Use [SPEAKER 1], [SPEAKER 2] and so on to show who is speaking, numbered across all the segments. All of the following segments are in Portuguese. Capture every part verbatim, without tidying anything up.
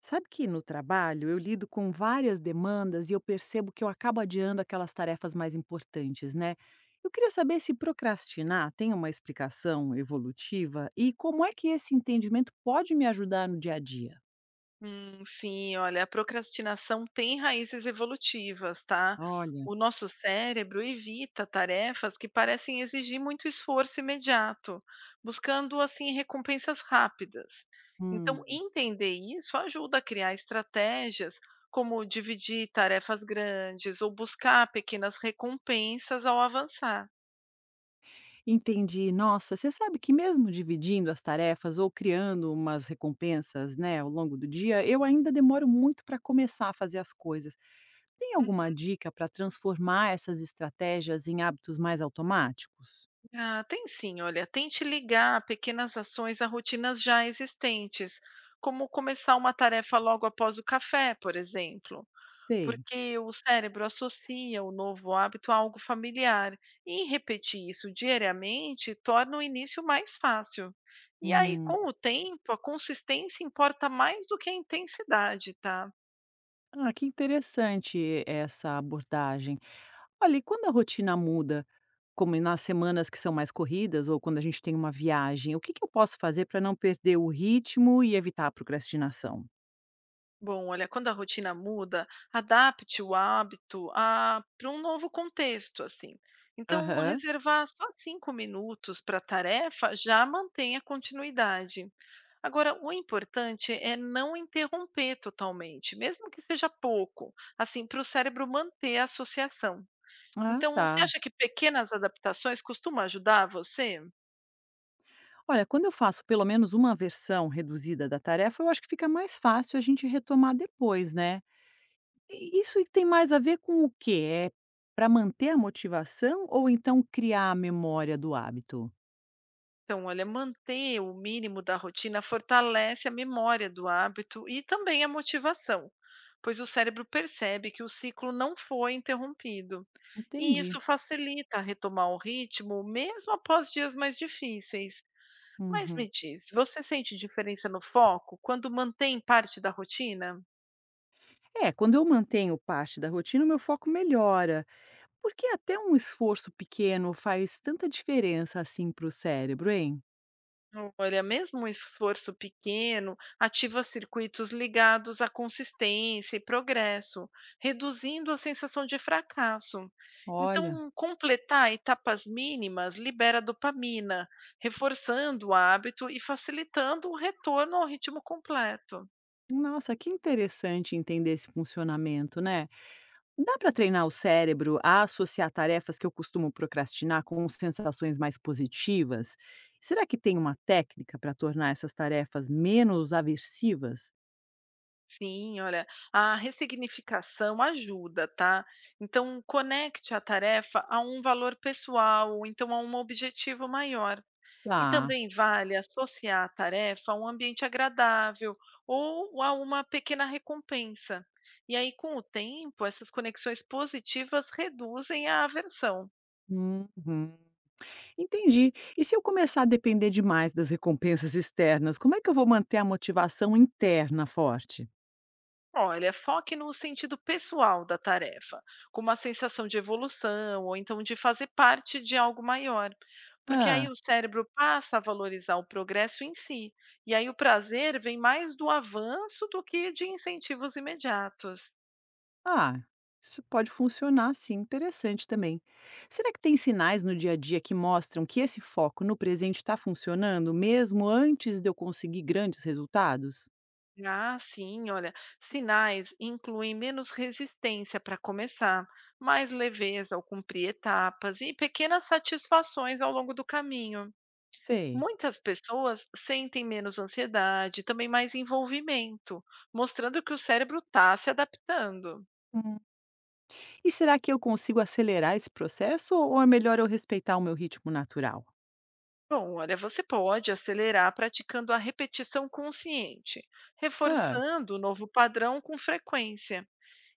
[SPEAKER 1] Sabe que no trabalho eu lido com várias demandas e eu percebo que eu acabo adiando aquelas tarefas mais importantes, né? Eu queria saber se procrastinar tem uma explicação evolutiva e como é que esse entendimento pode me ajudar no dia a dia.
[SPEAKER 2] Hum, sim, olha, a procrastinação tem raízes evolutivas, tá?
[SPEAKER 1] Olha,
[SPEAKER 2] O nosso cérebro evita tarefas que parecem exigir muito esforço imediato, buscando assim recompensas rápidas. Então,
[SPEAKER 1] hum,
[SPEAKER 2] entender isso ajuda a criar estratégias como dividir tarefas grandes ou buscar pequenas recompensas ao avançar.
[SPEAKER 1] entendi. Nossa, você sabe que mesmo dividindo as tarefas ou criando umas recompensas, né, ao longo do dia, eu ainda demoro muito para começar a fazer as coisas. Tem alguma dica para transformar essas estratégias em hábitos mais automáticos?
[SPEAKER 2] Ah, tem sim, olha, tente ligar pequenas ações a rotinas já existentes, como começar uma tarefa logo após o café, por exemplo,
[SPEAKER 1] Sei.
[SPEAKER 2] porque o cérebro associa o novo hábito a algo familiar e repetir isso diariamente torna o início mais fácil. E aí,
[SPEAKER 1] Hum.
[SPEAKER 2] com o tempo, a consistência importa mais do que a intensidade, tá?
[SPEAKER 1] Ah, que interessante essa abordagem. Olha, e quando a rotina muda, como nas semanas que são mais corridas ou quando a gente tem uma viagem, o que que eu posso fazer para não perder o ritmo e evitar a procrastinação?
[SPEAKER 2] Bom, olha, quando a rotina muda, adapte o hábito a para um novo contexto, assim. Então,
[SPEAKER 1] Aham.
[SPEAKER 2] reservar só cinco minutos para a tarefa já mantém a continuidade. Agora, o importante é não interromper totalmente, mesmo que seja pouco, assim, para o cérebro manter a associação.
[SPEAKER 1] Ah,
[SPEAKER 2] Então, você
[SPEAKER 1] tá.
[SPEAKER 2] acha que pequenas adaptações costumam ajudar você?
[SPEAKER 1] Olha, quando eu faço pelo menos uma versão reduzida da tarefa, eu acho que fica mais fácil a gente retomar depois, né? E isso tem mais a ver com o quê? É para manter a motivação ou então criar a memória do hábito?
[SPEAKER 2] Então, olha, manter o mínimo da rotina fortalece a memória do hábito e também a motivação, pois o cérebro percebe que o ciclo não foi interrompido. E
[SPEAKER 1] Entendi.
[SPEAKER 2] isso facilita retomar o ritmo, mesmo após dias mais difíceis. Mas
[SPEAKER 1] Uhum.
[SPEAKER 2] me diz, você sente diferença no foco quando mantém parte da rotina?
[SPEAKER 1] É, quando eu mantenho parte da rotina, o meu foco melhora. Porque até um esforço pequeno faz tanta diferença assim para o cérebro, hein?
[SPEAKER 2] Olha, mesmo um esforço pequeno ativa circuitos ligados à consistência e progresso, reduzindo a sensação de fracasso.
[SPEAKER 1] Olha,
[SPEAKER 2] Então, completar etapas mínimas libera dopamina, reforçando o hábito e facilitando o retorno ao ritmo completo.
[SPEAKER 1] nossa, que interessante entender esse funcionamento, né? Dá para treinar o cérebro a associar tarefas que eu costumo procrastinar com sensações mais positivas? Será que tem uma técnica para tornar essas tarefas menos aversivas?
[SPEAKER 2] Sim, olha, a ressignificação ajuda, tá? Então, conecte a tarefa a um valor pessoal, ou então a um objetivo maior. E
[SPEAKER 1] Tá.
[SPEAKER 2] também vale associar a tarefa a um ambiente agradável ou a uma pequena recompensa. E aí, com o tempo, essas conexões positivas reduzem a aversão.
[SPEAKER 1] Uhum. Entendi. E se eu começar a depender demais das recompensas externas, como é que eu vou manter a motivação interna forte?
[SPEAKER 2] Olha, foque no sentido pessoal da tarefa, como a sensação de evolução ou então de fazer parte de algo maior. Porque aí o cérebro passa a valorizar o progresso em si. E aí o prazer vem mais do avanço do que de incentivos imediatos.
[SPEAKER 1] Ah, isso pode funcionar sim, interessante também. Será que tem sinais no dia a dia que mostram que esse foco no presente está funcionando mesmo antes de eu conseguir grandes resultados?
[SPEAKER 2] Ah, sim, olha, sinais incluem menos resistência para começar, mais leveza ao cumprir etapas e pequenas satisfações ao longo do caminho.
[SPEAKER 1] Sei.
[SPEAKER 2] Muitas pessoas sentem menos ansiedade, e também mais envolvimento, mostrando que o cérebro está se adaptando.
[SPEAKER 1] Hum. E será que eu consigo acelerar esse processo ou é melhor eu respeitar o meu ritmo natural?
[SPEAKER 2] Bom, olha, você pode acelerar praticando a repetição consciente,
[SPEAKER 1] Ah,
[SPEAKER 2] reforçando o novo padrão com frequência.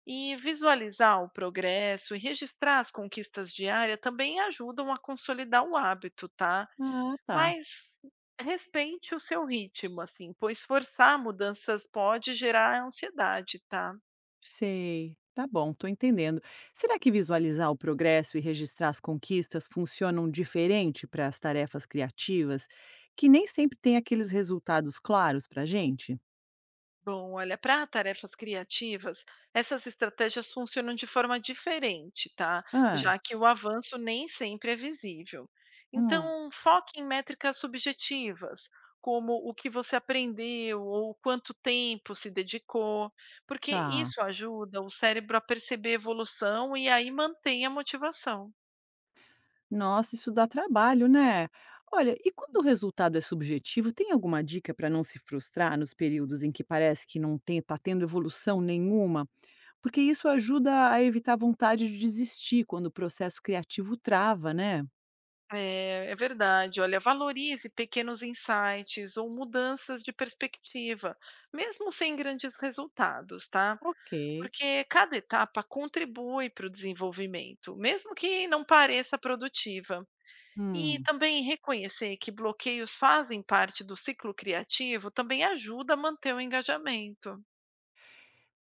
[SPEAKER 2] E visualizar o progresso e registrar as conquistas diárias também ajudam a consolidar o hábito, tá?
[SPEAKER 1] ah tá.
[SPEAKER 2] Mas respeite o seu ritmo, assim, pois forçar mudanças pode gerar ansiedade, tá?
[SPEAKER 1] Sei. Tá bom, tô entendendo. Será que visualizar o progresso e registrar as conquistas funcionam diferente para as tarefas criativas, que nem sempre têm aqueles resultados claros para gente?
[SPEAKER 2] Bom, olha, para tarefas criativas, essas estratégias funcionam de forma diferente, tá?
[SPEAKER 1] Ah,
[SPEAKER 2] Já que o avanço nem sempre é visível.
[SPEAKER 1] Hum.
[SPEAKER 2] Então, foque em métricas subjetivas, como o que você aprendeu ou quanto tempo se dedicou, porque
[SPEAKER 1] tá.
[SPEAKER 2] isso ajuda o cérebro a perceber a evolução e aí mantém a motivação.
[SPEAKER 1] Nossa, isso dá trabalho, né? Olha, e quando o resultado é subjetivo, tem alguma dica para não se frustrar nos períodos em que parece que não tem, tá tendo evolução nenhuma? Porque isso ajuda a evitar a vontade de desistir quando o processo criativo trava, né?
[SPEAKER 2] É, é verdade. Olha, valorize pequenos insights ou mudanças de perspectiva, mesmo sem grandes resultados, tá?
[SPEAKER 1] Ok.
[SPEAKER 2] Porque cada etapa contribui para o desenvolvimento, mesmo que não pareça produtiva. E
[SPEAKER 1] Hum,
[SPEAKER 2] também reconhecer que bloqueios fazem parte do ciclo criativo também ajuda a manter o engajamento.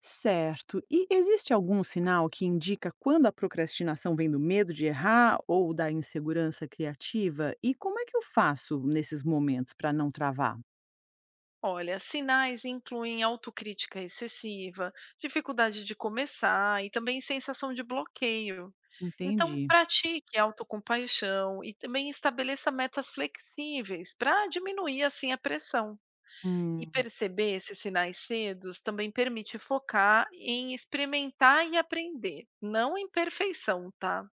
[SPEAKER 1] certo. E existe algum sinal que indica quando a procrastinação vem do medo de errar ou da insegurança criativa? E como é que eu faço nesses momentos para não travar?
[SPEAKER 2] Olha, sinais incluem autocrítica excessiva, dificuldade de começar e também sensação de bloqueio. Então,
[SPEAKER 1] Entendi.
[SPEAKER 2] pratique autocompaixão e também estabeleça metas flexíveis para diminuir assim a pressão. E
[SPEAKER 1] Hum,
[SPEAKER 2] perceber esses sinais cedos também permite focar em experimentar e aprender, não em perfeição, tá?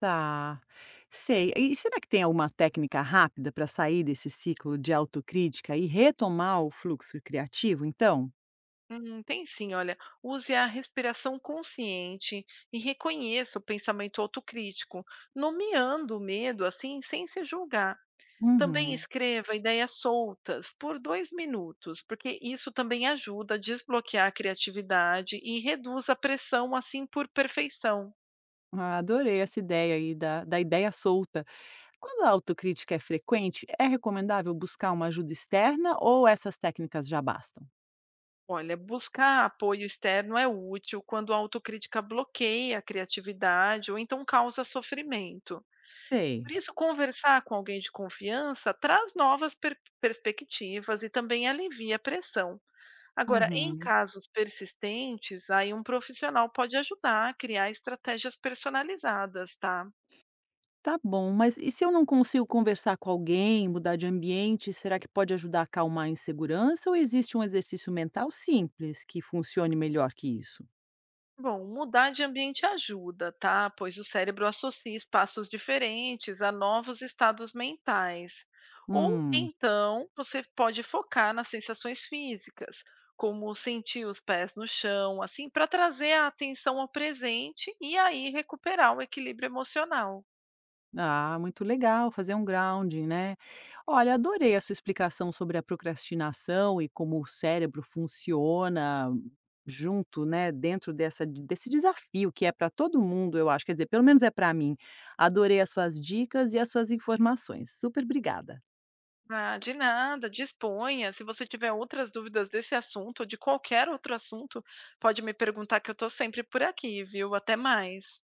[SPEAKER 1] tá. Sei. E será que tem alguma técnica rápida para sair desse ciclo de autocrítica e retomar o fluxo criativo, então?
[SPEAKER 2] Hum, tem sim, olha. Use a respiração consciente e reconheça o pensamento autocrítico, nomeando o medo assim, sem se julgar. Também
[SPEAKER 1] Uhum.
[SPEAKER 2] escreva ideias soltas por dois minutos, porque isso também ajuda a desbloquear a criatividade e reduz a pressão assim por perfeição.
[SPEAKER 1] Ah, adorei essa ideia aí da, da ideia solta. Quando a autocrítica é frequente, é recomendável buscar uma ajuda externa ou essas técnicas já bastam?
[SPEAKER 2] Olha, buscar apoio externo é útil quando a autocrítica bloqueia a criatividade ou então causa sofrimento. Por
[SPEAKER 1] Sei.
[SPEAKER 2] isso, conversar com alguém de confiança traz novas per- perspectivas e também alivia a pressão. Agora, em
[SPEAKER 1] Uhum.
[SPEAKER 2] casos persistentes, aí um profissional pode ajudar a criar estratégias personalizadas, tá?
[SPEAKER 1] Tá bom, mas e se eu não consigo conversar com alguém, mudar de ambiente, será que pode ajudar a acalmar a insegurança ou existe um exercício mental simples que funcione melhor que isso?
[SPEAKER 2] Bom, mudar de ambiente ajuda, tá? Pois o cérebro associa espaços diferentes a novos estados mentais. Ou
[SPEAKER 1] Hum.
[SPEAKER 2] então você pode focar nas sensações físicas, como sentir os pés no chão, assim, para trazer a atenção ao presente e aí recuperar o equilíbrio emocional.
[SPEAKER 1] Ah, muito legal fazer um grounding, né. Olha, adorei a sua explicação sobre a procrastinação e como o cérebro funciona junto, né, dentro dessa desse desafio que é para todo mundo, eu acho, quer dizer, pelo menos é para mim. Adorei as suas dicas e as suas informações. Super obrigada.
[SPEAKER 2] Ah, de nada, disponha. Se você tiver outras dúvidas desse assunto ou de qualquer outro assunto, pode me perguntar que eu estou sempre por aqui, viu? Até mais.